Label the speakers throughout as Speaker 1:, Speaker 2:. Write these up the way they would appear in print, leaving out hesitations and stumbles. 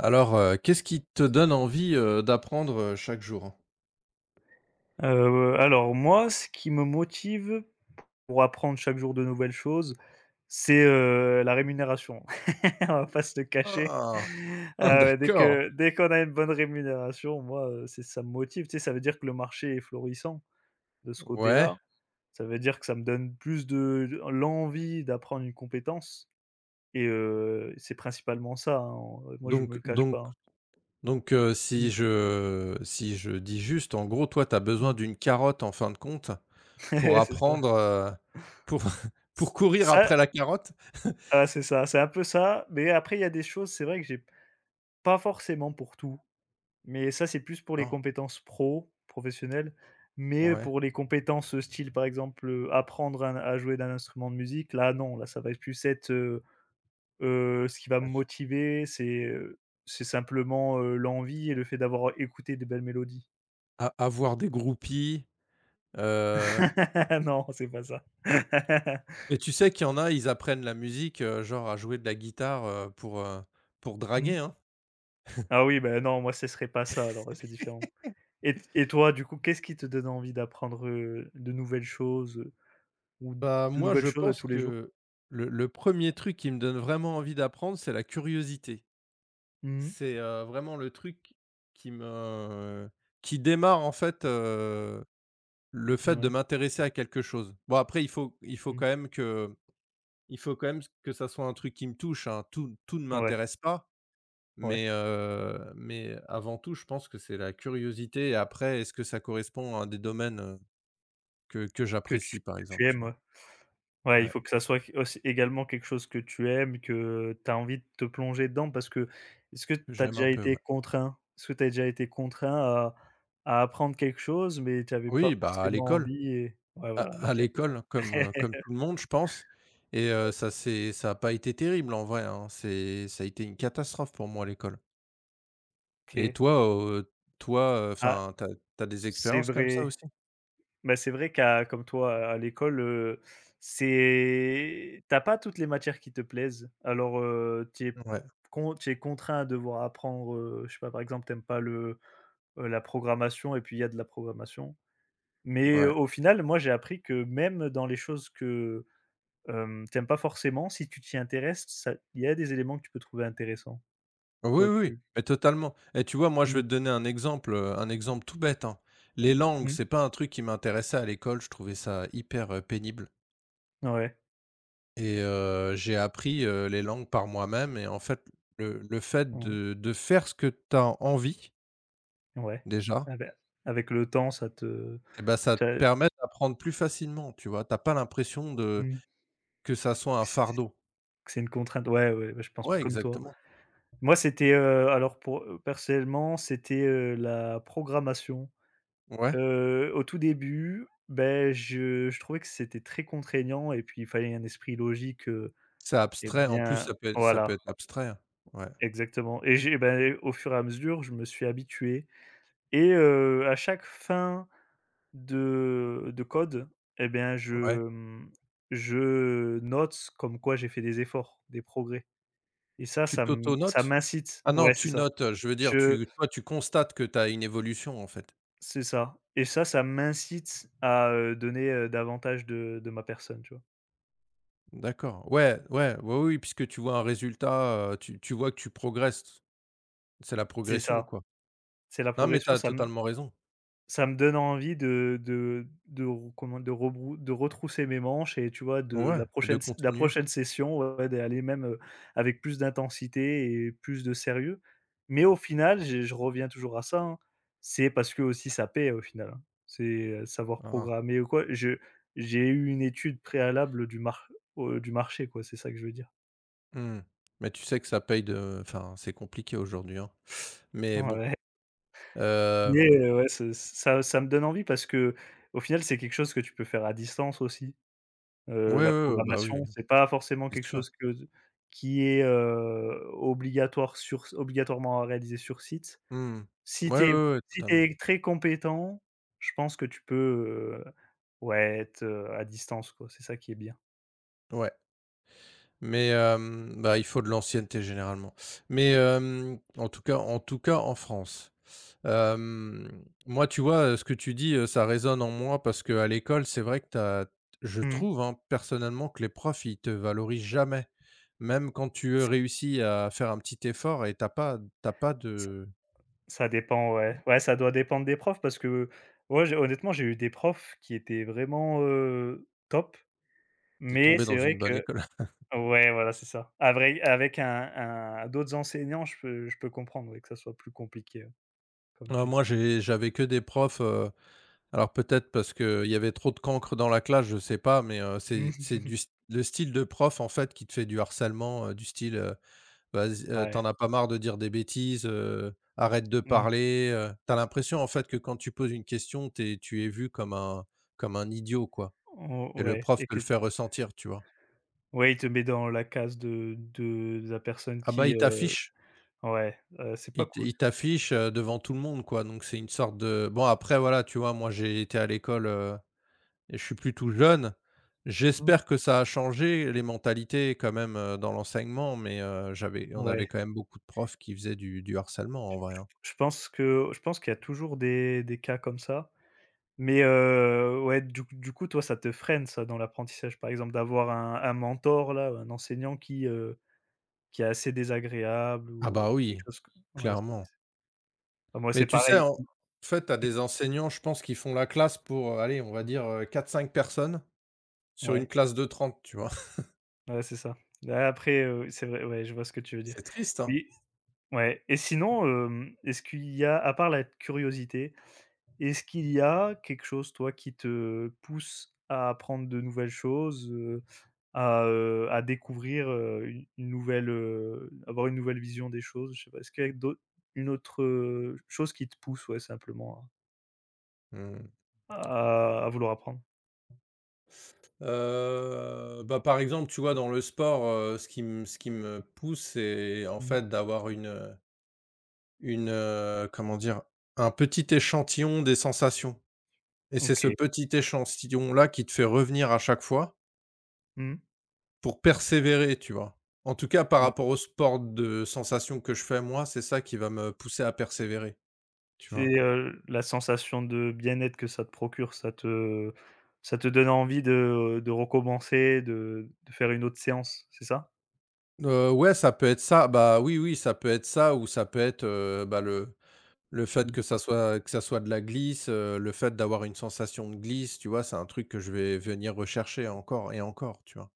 Speaker 1: Alors, qu'est-ce qui te donne envie, d'apprendre, chaque jour?
Speaker 2: Alors moi, ce qui me motive pour apprendre chaque jour de nouvelles choses, c'est, la rémunération. On va pas se le cacher.
Speaker 1: Ah!
Speaker 2: Heu, dès
Speaker 1: D'accord.
Speaker 2: que dès qu'on a une bonne rémunération, moi, c'est ça me motive, tu sais? Ça veut dire que le marché est florissant de ce
Speaker 1: Ouais,
Speaker 2: côté-là. Ça veut dire que ça me donne plus de l'envie d'apprendre une compétence et c'est principalement ça, hein, moi je me
Speaker 1: donc
Speaker 2: le cache pas,
Speaker 1: donc
Speaker 2: hein. Mmh,
Speaker 1: si je dis juste, en gros, toi, tu as besoin
Speaker 2: mmh.
Speaker 1: d'une carotte, en fin de compte, pour
Speaker 2: C'est ça.
Speaker 1: apprendre, pour pour courir
Speaker 2: ça
Speaker 1: après la carotte?
Speaker 2: Ah c'est ça, c'est un peu ça, mais après il y a des choses, c'est vrai que j'ai pas forcément pour tout, mais ça c'est plus pour les
Speaker 1: D'accord,
Speaker 2: compétences professionnelles, mais
Speaker 1: ouais.
Speaker 2: pour les compétences, style par exemple, apprendre un à jouer d'un instrument de musique, là non, là ça va plus être. Ce qui va me motiver, c'est simplement, l'envie et le fait d'avoir écouté des belles mélodies.
Speaker 1: A avoir des groupies, heu,
Speaker 2: Non, c'est pas ça.
Speaker 1: mais tu sais qu'il y en a, ils apprennent la musique, genre à jouer de la guitare, pour
Speaker 2: Mmh.
Speaker 1: draguer, hein.
Speaker 2: Ah oui, ben non, moi ce serait pas ça alors, c'est différent. Et toi, du coup, qu'est-ce qui te donne envie d'apprendre, de nouvelles choses, ou
Speaker 1: Bah,
Speaker 2: de
Speaker 1: moi,
Speaker 2: nouvelles
Speaker 1: je
Speaker 2: choses à
Speaker 1: pense
Speaker 2: tous les jours?
Speaker 1: que le 1 truc qui me donne vraiment envie d'apprendre, c'est la curiosité.
Speaker 2: Mmh.
Speaker 1: C'est, vraiment le truc qui me qui démarre, en fait, le fait de
Speaker 2: Ouais.
Speaker 1: m'intéresser à quelque chose. Bon, après,
Speaker 2: Mmh.
Speaker 1: il faut quand même que ça soit un truc qui me touche, hein. Tout ne
Speaker 2: Ouais,
Speaker 1: m'intéresse pas,
Speaker 2: ouais.
Speaker 1: mais avant tout, je pense que c'est la curiosité. Et après, est-ce que ça correspond à un des domaines, que
Speaker 2: Que tu
Speaker 1: j'apprécie, par
Speaker 2: que
Speaker 1: exemple,
Speaker 2: tu
Speaker 1: tu
Speaker 2: aimes, ouais.
Speaker 1: vois?
Speaker 2: Ouais, il
Speaker 1: Ouais,
Speaker 2: faut que ça soit q aussi également quelque chose que tu aimes, que tu as envie de te plonger dedans parce que est-ce que tu
Speaker 1: que
Speaker 2: as
Speaker 1: j'aime un
Speaker 2: déjà
Speaker 1: peu,
Speaker 2: été
Speaker 1: ouais.
Speaker 2: contraint? Est-ce que tu as déjà été contraint à apprendre quelque chose, mais tu avais pas
Speaker 1: Oui, bah, à
Speaker 2: forcément
Speaker 1: l'école.
Speaker 2: envie et ouais,
Speaker 1: À
Speaker 2: voilà,
Speaker 1: à
Speaker 2: OK.
Speaker 1: l'école, comme, comme tout le monde, je pense. Et ça a pas été terrible en vrai, hein. C'est Ça a été une catastrophe pour moi, à l'école. Et
Speaker 2: OK.
Speaker 1: toi, heu,
Speaker 2: Ah,
Speaker 1: enfin, t'as des
Speaker 2: c'est
Speaker 1: expériences comme ça
Speaker 2: vrai.
Speaker 1: aussi?
Speaker 2: Bah, c'est vrai qu'à comme toi, à l'école, c'est t'as pas toutes les matières qui te plaisent. Alors, tu es
Speaker 1: Ouais,
Speaker 2: con tu es contraint à devoir apprendre, je sais pas, par exemple, t'aimes pas la programmation et puis il y a de la programmation. Mais
Speaker 1: ouais.
Speaker 2: au final, moi, j'ai appris que même dans les choses que, tu pas forcément, si tu t'y intéresses, ça il y a des éléments que tu peux trouver intéressants.
Speaker 1: Oui,
Speaker 2: Toi,
Speaker 1: oui,
Speaker 2: tu
Speaker 1: mais totalement. Et tu vois, moi, je vais
Speaker 2: Mmh,
Speaker 1: te donner un exemple tout bête, hein. Les langues,
Speaker 2: mmh,
Speaker 1: c'est pas un truc qui m'intéressait à l'école, je trouvais ça hyper, pénible.
Speaker 2: ouais,
Speaker 1: J'ai appris, les langues par moi-même. Et en fait, le fait
Speaker 2: ouais,
Speaker 1: de faire ce que tu as envie,
Speaker 2: ouais.
Speaker 1: déjà.
Speaker 2: Ah bah, avec le temps, ça te
Speaker 1: Et ben ça te
Speaker 2: tu as.
Speaker 1: permet d'apprendre plus facilement, tu vois? T'as pas l'impression de
Speaker 2: Mmh.
Speaker 1: que ça soit un fardeau.
Speaker 2: C'est une contrainte. Ouais, ouais, ouais, je pense
Speaker 1: Ouais,
Speaker 2: comme toi.
Speaker 1: exactement.
Speaker 2: Moi, c'était, alors pour, personnellement, c'était, la programmation.
Speaker 1: Ouais.
Speaker 2: Au tout début, ben je trouvais que c'était très contraignant et puis il fallait un esprit logique,
Speaker 1: C'est
Speaker 2: et
Speaker 1: abstrait, en plus,
Speaker 2: bien
Speaker 1: ça peut
Speaker 2: voilà,
Speaker 1: être abstrait, hein. Ouais,
Speaker 2: exactement, et j'ai ben, au fur et à mesure, je me suis habitué et à chaque fin de code et bien je,
Speaker 1: ouais.
Speaker 2: mmh, je note comme quoi j'ai fait des efforts, des progrès. Et ça,
Speaker 1: Tu
Speaker 2: ça m ça
Speaker 1: t'auto-notes?
Speaker 2: m'incite,
Speaker 1: Ah non,
Speaker 2: ouais, c'est
Speaker 1: tu
Speaker 2: ça.
Speaker 1: notes, je veux dire,
Speaker 2: Je
Speaker 1: tu toi, tu constates que tu as une évolution, en fait.
Speaker 2: C'est ça, et ça, ça m'incite à, donner, davantage de ma personne, tu vois?
Speaker 1: D'accord. Ouais, ouais, ouais. Oui, oui, puisque tu vois un résultat, tu vois que tu progresses. C'est la
Speaker 2: C'est
Speaker 1: progression,
Speaker 2: ça,
Speaker 1: quoi.
Speaker 2: c'est la
Speaker 1: Non, mais tu
Speaker 2: progression,
Speaker 1: as
Speaker 2: ça m.
Speaker 1: totalement raison.
Speaker 2: Ça me donne envie de re comment de rebrou de retrousser mes manches et tu vois, de
Speaker 1: Ouais,
Speaker 2: la
Speaker 1: et de
Speaker 2: prochaine s la
Speaker 1: continuer.
Speaker 2: prochaine session, ouais, d'aller même, avec plus d'intensité et plus de sérieux. Mais au final, j'ai je reviens toujours à ça, hein, c'est parce que aussi ça paie au final, hein. C'est, savoir
Speaker 1: Ah,
Speaker 2: programmer ou quoi. Je J'ai eu une étude préalable du marché quoi, c'est ça que je veux dire.
Speaker 1: mmh. Mais tu sais que ça paye de, enfin, c'est compliqué aujourd'hui, hein. Mais bon.
Speaker 2: Ouais,
Speaker 1: hem,
Speaker 2: mais, ouais, ce ça ça me donne envie parce que au final, c'est quelque chose que tu peux faire à distance aussi.
Speaker 1: ouais,
Speaker 2: La
Speaker 1: ouais, ouais, bah, oui,
Speaker 2: programmation, c'est pas forcément
Speaker 1: c'est
Speaker 2: quelque
Speaker 1: sûr.
Speaker 2: chose que qui est, obligatoirement à réaliser sur site.
Speaker 1: Mmh.
Speaker 2: Si
Speaker 1: Ouais,
Speaker 2: tu es
Speaker 1: ouais, ouais,
Speaker 2: si
Speaker 1: totalement.
Speaker 2: t'es très compétent, je pense que tu peux, ouais, être, à distance, quoi. C'est ça qui est bien.
Speaker 1: Ouais, mais bah, il faut de l'ancienneté généralement. Mais en tout cas en France. Moi, tu vois, ce que tu dis, ça résonne en moi parce qu'à l'école, c'est vrai que tu as je
Speaker 2: Mmh mh.
Speaker 1: trouve, hein, personnellement, que les profs, ils te valorisent jamais. Même quand tu réussis à faire un petit effort et tu as pas de…
Speaker 2: Ça dépend, ouais. Ouais, ça doit dépendre des profs parce que, ouais, j'ai honnêtement, j'ai eu des profs qui étaient vraiment, top,
Speaker 1: Tu es
Speaker 2: mais
Speaker 1: tombé
Speaker 2: c'est
Speaker 1: dans
Speaker 2: vrai
Speaker 1: une bonne
Speaker 2: que
Speaker 1: école.
Speaker 2: ouais, voilà, c'est ça. Avec un d'autres enseignants, je peux comprendre, oui, que ça soit plus compliqué, ouais, comme
Speaker 1: Ah
Speaker 2: tu dis.
Speaker 1: moi, j'avais que des profs, alors peut-être parce qu'il y avait trop de cancre dans la classe, je sais pas, mais c'est
Speaker 2: Mmh.
Speaker 1: du st le style de prof, en fait, qui te fait du harcèlement, du style, «Vas-y, tu
Speaker 2: Ouais.
Speaker 1: as pas marre de dire des bêtises, arrête de
Speaker 2: Mmh.
Speaker 1: parler», tu l'impression, en fait, que quand tu poses une question, t'es tu es vu comme un idiot, quoi.
Speaker 2: O
Speaker 1: Et le
Speaker 2: Ouais,
Speaker 1: prof
Speaker 2: et
Speaker 1: te le
Speaker 2: que
Speaker 1: fait ressentir, tu vois?
Speaker 2: ouais, il te met dans la case de la personne
Speaker 1: Ah bah,
Speaker 2: qui, heu, ouais, c'est pas cool
Speaker 1: il
Speaker 2: ça.
Speaker 1: t'affiche, devant tout le monde, quoi. Donc c'est une sorte de, bon, après, voilà, tu vois, moi j'ai été à l'école, Et je suis plutôt jeune.
Speaker 2: Mmh.
Speaker 1: J'espère que ça a changé les mentalités quand même, dans l'enseignement, mais j'avais on
Speaker 2: Ouais.
Speaker 1: avait quand même beaucoup de profs qui faisaient du harcèlement en vrai, hein.
Speaker 2: Je pense que je pense qu'il y a toujours des cas comme ça, mais ouais, du coup, toi, ça te freine ça dans l'apprentissage, par exemple, d'avoir un mentor là, un enseignant qui est assez désagréable
Speaker 1: Ah
Speaker 2: ou
Speaker 1: bah
Speaker 2: quelque
Speaker 1: oui,
Speaker 2: chose co, ouais.
Speaker 1: clairement.
Speaker 2: Ah, moi,
Speaker 1: Mais
Speaker 2: c'est
Speaker 1: tu sais,
Speaker 2: pareil.
Speaker 1: en fait, tu as des enseignants, je pense, qui font la classe pour, allez, on va dire, 4-5 personnes sur
Speaker 2: Ouais,
Speaker 1: une classe de trente, tu vois?
Speaker 2: ouais, c'est ça. Bah, après, c'est vrai, ouais, je vois ce que tu veux dire.
Speaker 1: C'est triste, hein.
Speaker 2: Mais ouais, et sinon, est-ce qu'il y a, à part la curiosité, est-ce qu'il y a quelque chose, toi, qui te pousse à apprendre de nouvelles choses, à découvrir, une nouvelle, avoir une nouvelle vision des choses? Je sais pas, est-ce qu'il y a d'autres une autre, chose qui te pousse, ouais, simplement à
Speaker 1: Mmh.
Speaker 2: à vouloir apprendre?
Speaker 1: Bah, par exemple, tu vois, dans le sport, ce qui me pousse, c'est en
Speaker 2: Mmh.
Speaker 1: fait d'avoir une, une, comment dire? Un petit échantillon des sensations, et c'est ce
Speaker 2: OK.
Speaker 1: petit échantillon-là qui te fait revenir à chaque fois
Speaker 2: Mmh.
Speaker 1: pour persévérer, tu vois? En tout cas, par rapport au sport de sensation que je fais moi, c'est ça qui va me pousser à persévérer, tu vois?
Speaker 2: C'est, la sensation de bien-être que ça te procure, ça te donne envie de recommencer, de faire une autre séance, c'est ça?
Speaker 1: Ouais, ça peut être ça. Bah, oui, oui, ça peut être ça ou ça peut être, bah, le
Speaker 2: Le
Speaker 1: fait
Speaker 2: dépasse
Speaker 1: que ça soit de la glisse, le fait d'avoir une sensation de glisse, tu vois? C'est un truc que je vais venir rechercher encore et encore, tu vois?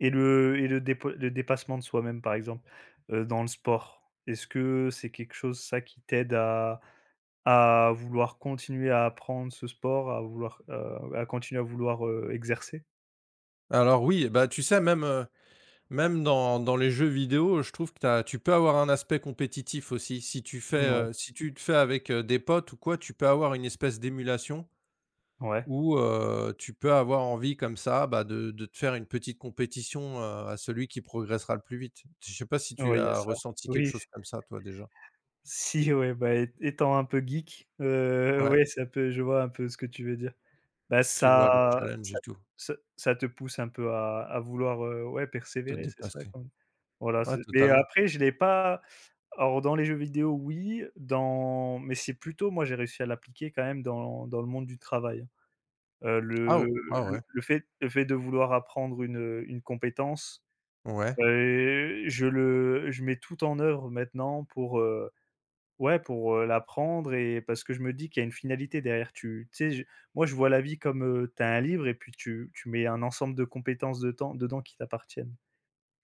Speaker 2: et le dépa le dépassement de soi-même, par exemple, dans le sport, est-ce que c'est quelque chose, ça, qui t'aide à vouloir continuer à apprendre ce sport, à vouloir, à continuer à vouloir, exercer?
Speaker 1: Alors oui, bah, tu sais même, même dans les jeux vidéo, je trouve que t'as tu peux avoir un aspect compétitif aussi.
Speaker 2: Ouais,
Speaker 1: Si tu le fais avec, des potes ou quoi, tu peux avoir une espèce d'émulation
Speaker 2: ouais,
Speaker 1: où, tu peux avoir envie comme ça, bah, de te faire une petite compétition, à celui qui progressera le plus vite. Je sais pas si tu
Speaker 2: ouais, il y a
Speaker 1: as
Speaker 2: ça.
Speaker 1: ressenti quelque
Speaker 2: Oui.
Speaker 1: chose comme ça toi déjà?
Speaker 2: Si ouais, bah, é étant un peu geek,
Speaker 1: Ouais,
Speaker 2: ouais, ça peut je vois un peu ce que tu veux dire. Bah,
Speaker 1: tu vois le
Speaker 2: ça
Speaker 1: challenge et
Speaker 2: ça
Speaker 1: tout,
Speaker 2: ça ça te pousse un peu à vouloir, ouais,
Speaker 1: te
Speaker 2: persévérer, c'est ça
Speaker 1: dépasser.
Speaker 2: quand même. Voilà,
Speaker 1: Ouais,
Speaker 2: c'est mais
Speaker 1: totalement.
Speaker 2: après je l'ai pas alors dans les jeux vidéo, oui, dans mais c'est plutôt moi j'ai réussi à l'appliquer quand même dans dans le monde du travail, hein.
Speaker 1: Ah
Speaker 2: Le
Speaker 1: o Ah ouais,
Speaker 2: le le fait le fait de vouloir apprendre une compétence,
Speaker 1: ouais,
Speaker 2: je mets tout en œuvre maintenant pour, heu. Ouais, pour, l'apprendre, et parce que je me dis qu'il y a une finalité derrière. Tu tu sais, je moi, je vois la vie comme, tu as un livre et puis tu tu mets un ensemble de compétences de temps dedans qui t'appartiennent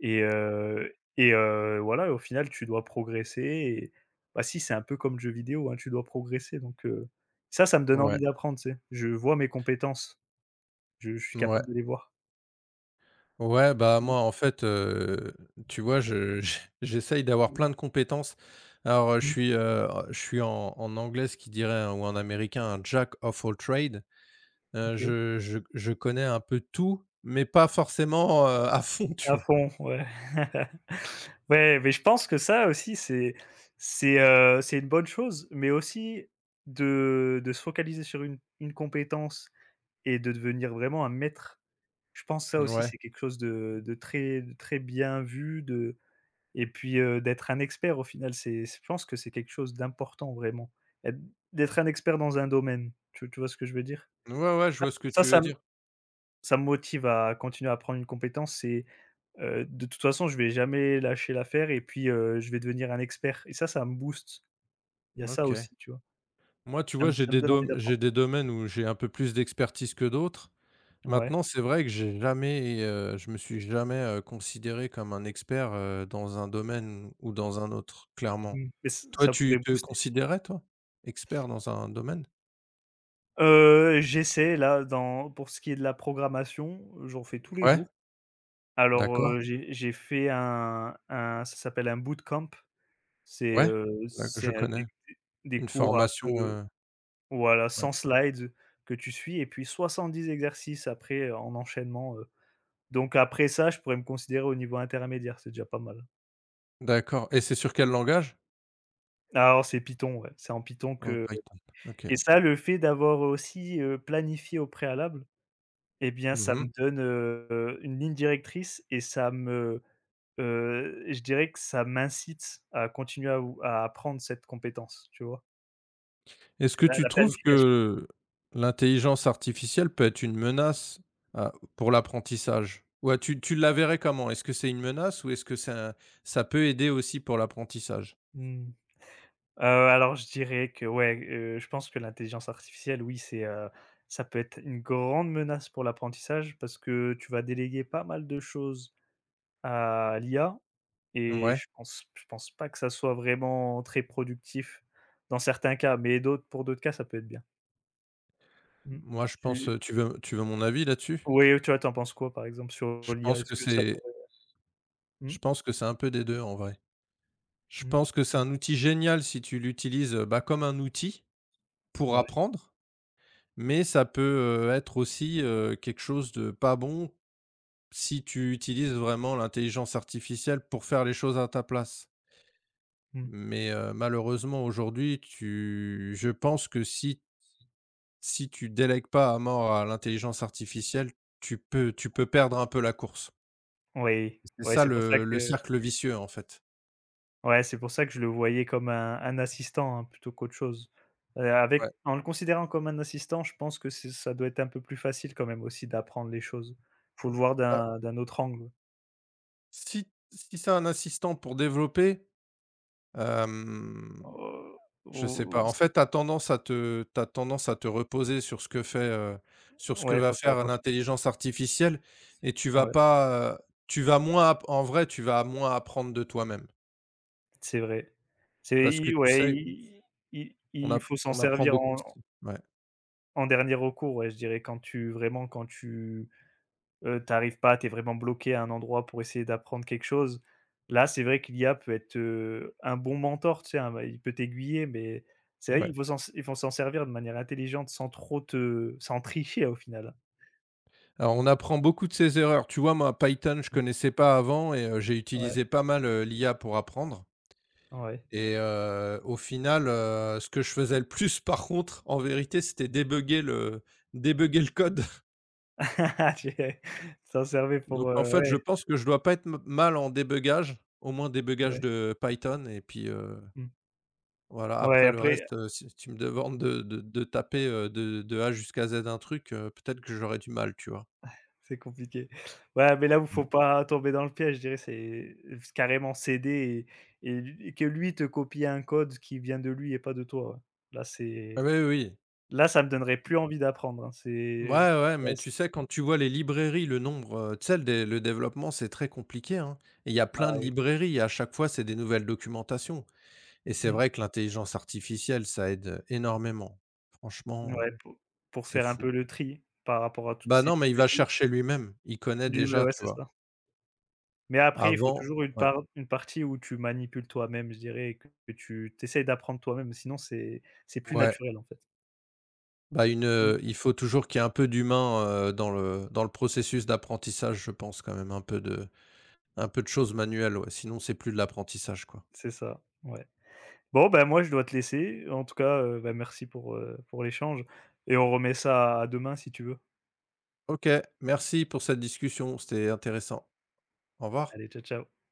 Speaker 2: et voilà, au final, tu dois progresser et bah, si, c'est un peu comme le jeu vidéo, hein, tu dois progresser donc ça, ça me donne
Speaker 1: ouais,
Speaker 2: envie d'apprendre, tu sais? Je vois mes compétences, je suis
Speaker 1: ouais.
Speaker 2: capable de les voir.
Speaker 1: Ouais, bah,
Speaker 2: Mmh,
Speaker 1: moi, en fait, tu vois, je j j'essaye d'avoir
Speaker 2: mmh,
Speaker 1: plein de compétences. Alors,
Speaker 2: mmh,
Speaker 1: je suis en anglais, ce qui dirait un ou en américain un jack of all trades.
Speaker 2: OK.
Speaker 1: Je connais un peu tout, mais pas forcément, à fond, tu
Speaker 2: À
Speaker 1: vois?
Speaker 2: fond, ouais. Ouais, mais je pense que ça aussi, c'est une bonne chose, mais aussi de se focaliser sur une compétence et de devenir vraiment un maître. Je pense que ça aussi,
Speaker 1: Ouais.
Speaker 2: c'est quelque chose de très bien vu, de et puis, d'être un expert au final, c'est je pense que c'est quelque chose d'important vraiment. Êt D'être un expert dans un domaine, tu vois ce que je veux dire?
Speaker 1: Ouais, ouais, je
Speaker 2: Ça
Speaker 1: vois ce que
Speaker 2: ça
Speaker 1: tu veux
Speaker 2: ça me
Speaker 1: dire.
Speaker 2: ça me motive à continuer à apprendre une compétence et. De toute façon, je vais jamais lâcher l'affaire et puis, je vais devenir un expert et ça me booste. Il y a ça
Speaker 1: OK.
Speaker 2: aussi, tu vois?
Speaker 1: Moi, tu vois,
Speaker 2: Ça me donne envie
Speaker 1: j'ai
Speaker 2: d'apprendre.
Speaker 1: des domaines où j'ai un peu plus d'expertise que d'autres.
Speaker 2: Ouais,
Speaker 1: Maintenant, c'est vrai que j'ai jamais, je me suis jamais, considéré comme un expert, dans un domaine ou dans un autre, clairement.
Speaker 2: mmh, mais ç
Speaker 1: Toi,
Speaker 2: ça
Speaker 1: tu
Speaker 2: pourrait
Speaker 1: te
Speaker 2: booster.
Speaker 1: considérais, toi, expert dans un domaine?
Speaker 2: J'essaie là dans pour ce qui est de la programmation, j'en fais tous les
Speaker 1: Ouais,
Speaker 2: jours. Alors,
Speaker 1: d'accord,
Speaker 2: j'ai fait un ça s'appelle un bootcamp.
Speaker 1: ouais, d'acc je
Speaker 2: C'est un
Speaker 1: connais.
Speaker 2: des
Speaker 1: Une
Speaker 2: cours un
Speaker 1: formation,
Speaker 2: peu voilà,
Speaker 1: ouais,
Speaker 2: sans slides que tu suis et puis 70 exercices après en enchaînement, donc après ça, je pourrais me considérer au niveau intermédiaire, c'est déjà pas mal.
Speaker 1: d'accord. Et c'est sur quel langage?
Speaker 2: Ah, alors c'est Python, ouais, c'est en Python
Speaker 1: Oh
Speaker 2: que
Speaker 1: Python, OK.
Speaker 2: et ça, le fait d'avoir aussi, planifié au préalable, et bien ça
Speaker 1: Mmh.
Speaker 2: me donne, une ligne directrice et ça me, je dirais que ça m'incite à continuer à ou à apprendre cette compétence, tu vois?
Speaker 1: Est-ce
Speaker 2: C'est
Speaker 1: que
Speaker 2: la
Speaker 1: tu
Speaker 2: la
Speaker 1: trouves
Speaker 2: planification.
Speaker 1: que l'intelligence artificielle peut être une menace à pour l'apprentissage? Ouais, tu la verrais comment? Est-ce que c'est une menace ou est-ce que c'est un, ça peut aider aussi pour l'apprentissage?
Speaker 2: Mmh. Alors je dirais que ouais, je pense que l'intelligence artificielle, oui, c'est, ça peut être une grande menace pour l'apprentissage parce que tu vas déléguer pas mal de choses à l'IA, et
Speaker 1: Ouais,
Speaker 2: je pense pas que ça soit vraiment très productif dans certains cas, mais d'autres pour d'autres cas, ça peut être bien. Mmh.
Speaker 1: moi je
Speaker 2: Tu
Speaker 1: pense, tu veux mon avis là-dessus?
Speaker 2: Oui, toi, tu en penses quoi, par exemple, sur
Speaker 1: Je
Speaker 2: l'IA?
Speaker 1: pense
Speaker 2: Est-ce
Speaker 1: que
Speaker 2: que ça
Speaker 1: c'est
Speaker 2: pourrait
Speaker 1: je
Speaker 2: mmh,
Speaker 1: pense que c'est un peu des 2 en vrai. Je
Speaker 2: mmh,
Speaker 1: pense que c'est un outil génial si tu l'utilises, bah, comme un outil pour
Speaker 2: ouais,
Speaker 1: apprendre, mais ça peut, être aussi, quelque chose de pas bon si tu utilises vraiment l'intelligence artificielle pour faire les choses à ta place.
Speaker 2: mmh,
Speaker 1: Mais, malheureusement aujourd'hui tu je pense que si tu délègues pas à mort à l'intelligence artificielle, tu peux perdre un peu la course.
Speaker 2: oui,
Speaker 1: C'est
Speaker 2: ouais,
Speaker 1: ça,
Speaker 2: c'est pour ça que
Speaker 1: le cercle vicieux en fait.
Speaker 2: ouais, c'est pour ça que je le voyais comme un assistant, hein, plutôt qu'autre chose.
Speaker 1: Ouais.
Speaker 2: Avec en le considérant comme un assistant, je pense que c'est ça doit être un peu plus facile quand même aussi d'apprendre les choses. Faut le voir
Speaker 1: Heu,
Speaker 2: d'un autre angle.
Speaker 1: si Si c'est un assistant pour développer…
Speaker 2: Heu,
Speaker 1: Je sais pas.
Speaker 2: ou
Speaker 1: En fait, tu as tendance à te t'as tendance à te reposer sur ce que fait, sur ce que
Speaker 2: Ouais,
Speaker 1: va
Speaker 2: faut faire
Speaker 1: faire
Speaker 2: attention.
Speaker 1: l'intelligence artificielle. Et tu vas
Speaker 2: Ouais,
Speaker 1: pas, tu vas moins app en vrai, tu vas moins apprendre de toi-même.
Speaker 2: c'est vrai. C'est
Speaker 1: Parce que
Speaker 2: i
Speaker 1: tu
Speaker 2: Ouais,
Speaker 1: sais,
Speaker 2: i i il faut s'en
Speaker 1: on apprend
Speaker 2: servir
Speaker 1: beaucoup
Speaker 2: en
Speaker 1: de… Ouais,
Speaker 2: en dernier recours, ouais, je dirais quand tu vraiment quand tu, tu pas, tu es vraiment bloqué à un endroit pour essayer d'apprendre quelque chose. Là, c'est vrai qu'il y a peut être, un bon mentor, tu sais, un il peut t'aiguiller, mais c'est vrai
Speaker 1: ouais.
Speaker 2: qu'il faut s'en il faut s'en servir de manière intelligente sans trop te sans tricher au final.
Speaker 1: Alors, on apprend beaucoup de ses erreurs. Tu vois, moi, Python, je
Speaker 2: Mmh.
Speaker 1: connaissais pas avant. J'ai
Speaker 2: Ouais,
Speaker 1: utilisé pas mal, l'IA pour apprendre.
Speaker 2: ouais.
Speaker 1: Au final, ce que je faisais le plus, par contre, en vérité, c'était débugger le code.
Speaker 2: Ah, Tu s'en servir
Speaker 1: Donc
Speaker 2: pour,
Speaker 1: en fait, je
Speaker 2: ouais,
Speaker 1: pense que je dois pas être m mal en débugage, au moins débugage
Speaker 2: ouais.
Speaker 1: de Python. Et puis,
Speaker 2: Mmh.
Speaker 1: voilà,
Speaker 2: Ouais,
Speaker 1: après le
Speaker 2: après
Speaker 1: reste, si tu me demandes de taper, de A jusqu'à Z un truc, peut-être que j'aurais du mal, tu vois?
Speaker 2: c'est compliqué. Ouais, mais là où
Speaker 1: Ouais.
Speaker 2: faut pas tomber dans le piège, je dirais, c'est s carrément céder, et lui et que lui te copie un code qui vient de lui et pas de toi, ouais. Là,
Speaker 1: Ah
Speaker 2: c'est
Speaker 1: oui, oui. Oui.
Speaker 2: Là, ça me donnerait plus envie d'apprendre, hein.
Speaker 1: Ouais,
Speaker 2: C'est
Speaker 1: ouais,
Speaker 2: là,
Speaker 1: mais
Speaker 2: c
Speaker 1: tu sais, quand tu vois les librairies, le nombre, tu sais, le développement, c'est très compliqué, hein. Et il y a
Speaker 2: Bah,
Speaker 1: plein de
Speaker 2: oui.
Speaker 1: librairies et à chaque fois, c'est des nouvelles documentations. Et c'est
Speaker 2: Mmh.
Speaker 1: vrai que l'intelligence artificielle, ça aide énormément. Franchement,
Speaker 2: Ouais, pour
Speaker 1: c'est
Speaker 2: faire un
Speaker 1: fou.
Speaker 2: peu le tri par rapport à toutes
Speaker 1: Bah,
Speaker 2: ces
Speaker 1: non, mais il va
Speaker 2: librairies.
Speaker 1: chercher lui-même. Il connaît
Speaker 2: Oui, bah,
Speaker 1: déjà,
Speaker 2: ouais,
Speaker 1: tu
Speaker 2: c'est
Speaker 1: vois?
Speaker 2: ça. Mais après, il faut
Speaker 1: Avant.
Speaker 2: toujours
Speaker 1: Ouais,
Speaker 2: une partie où tu manipules toi-même, je dirais, et que tu essaies d'apprendre toi-même, sinon c'est plus
Speaker 1: ouais,
Speaker 2: naturel, en fait.
Speaker 1: bah,
Speaker 2: Mmh.
Speaker 1: il faut toujours qu'il y ait un peu d'humain, dans le processus d'apprentissage, je pense quand même, un peu de choses manuelles, ouais, sinon c'est plus de l'apprentissage, quoi.
Speaker 2: C'est ça, ouais. Bon, ben, moi, je dois te laisser. En tout cas, bah, merci pour l'échange et on remet ça à demain si tu veux.
Speaker 1: OK, merci pour cette discussion, c'était intéressant. Au revoir.
Speaker 2: Allez, ciao, ciao.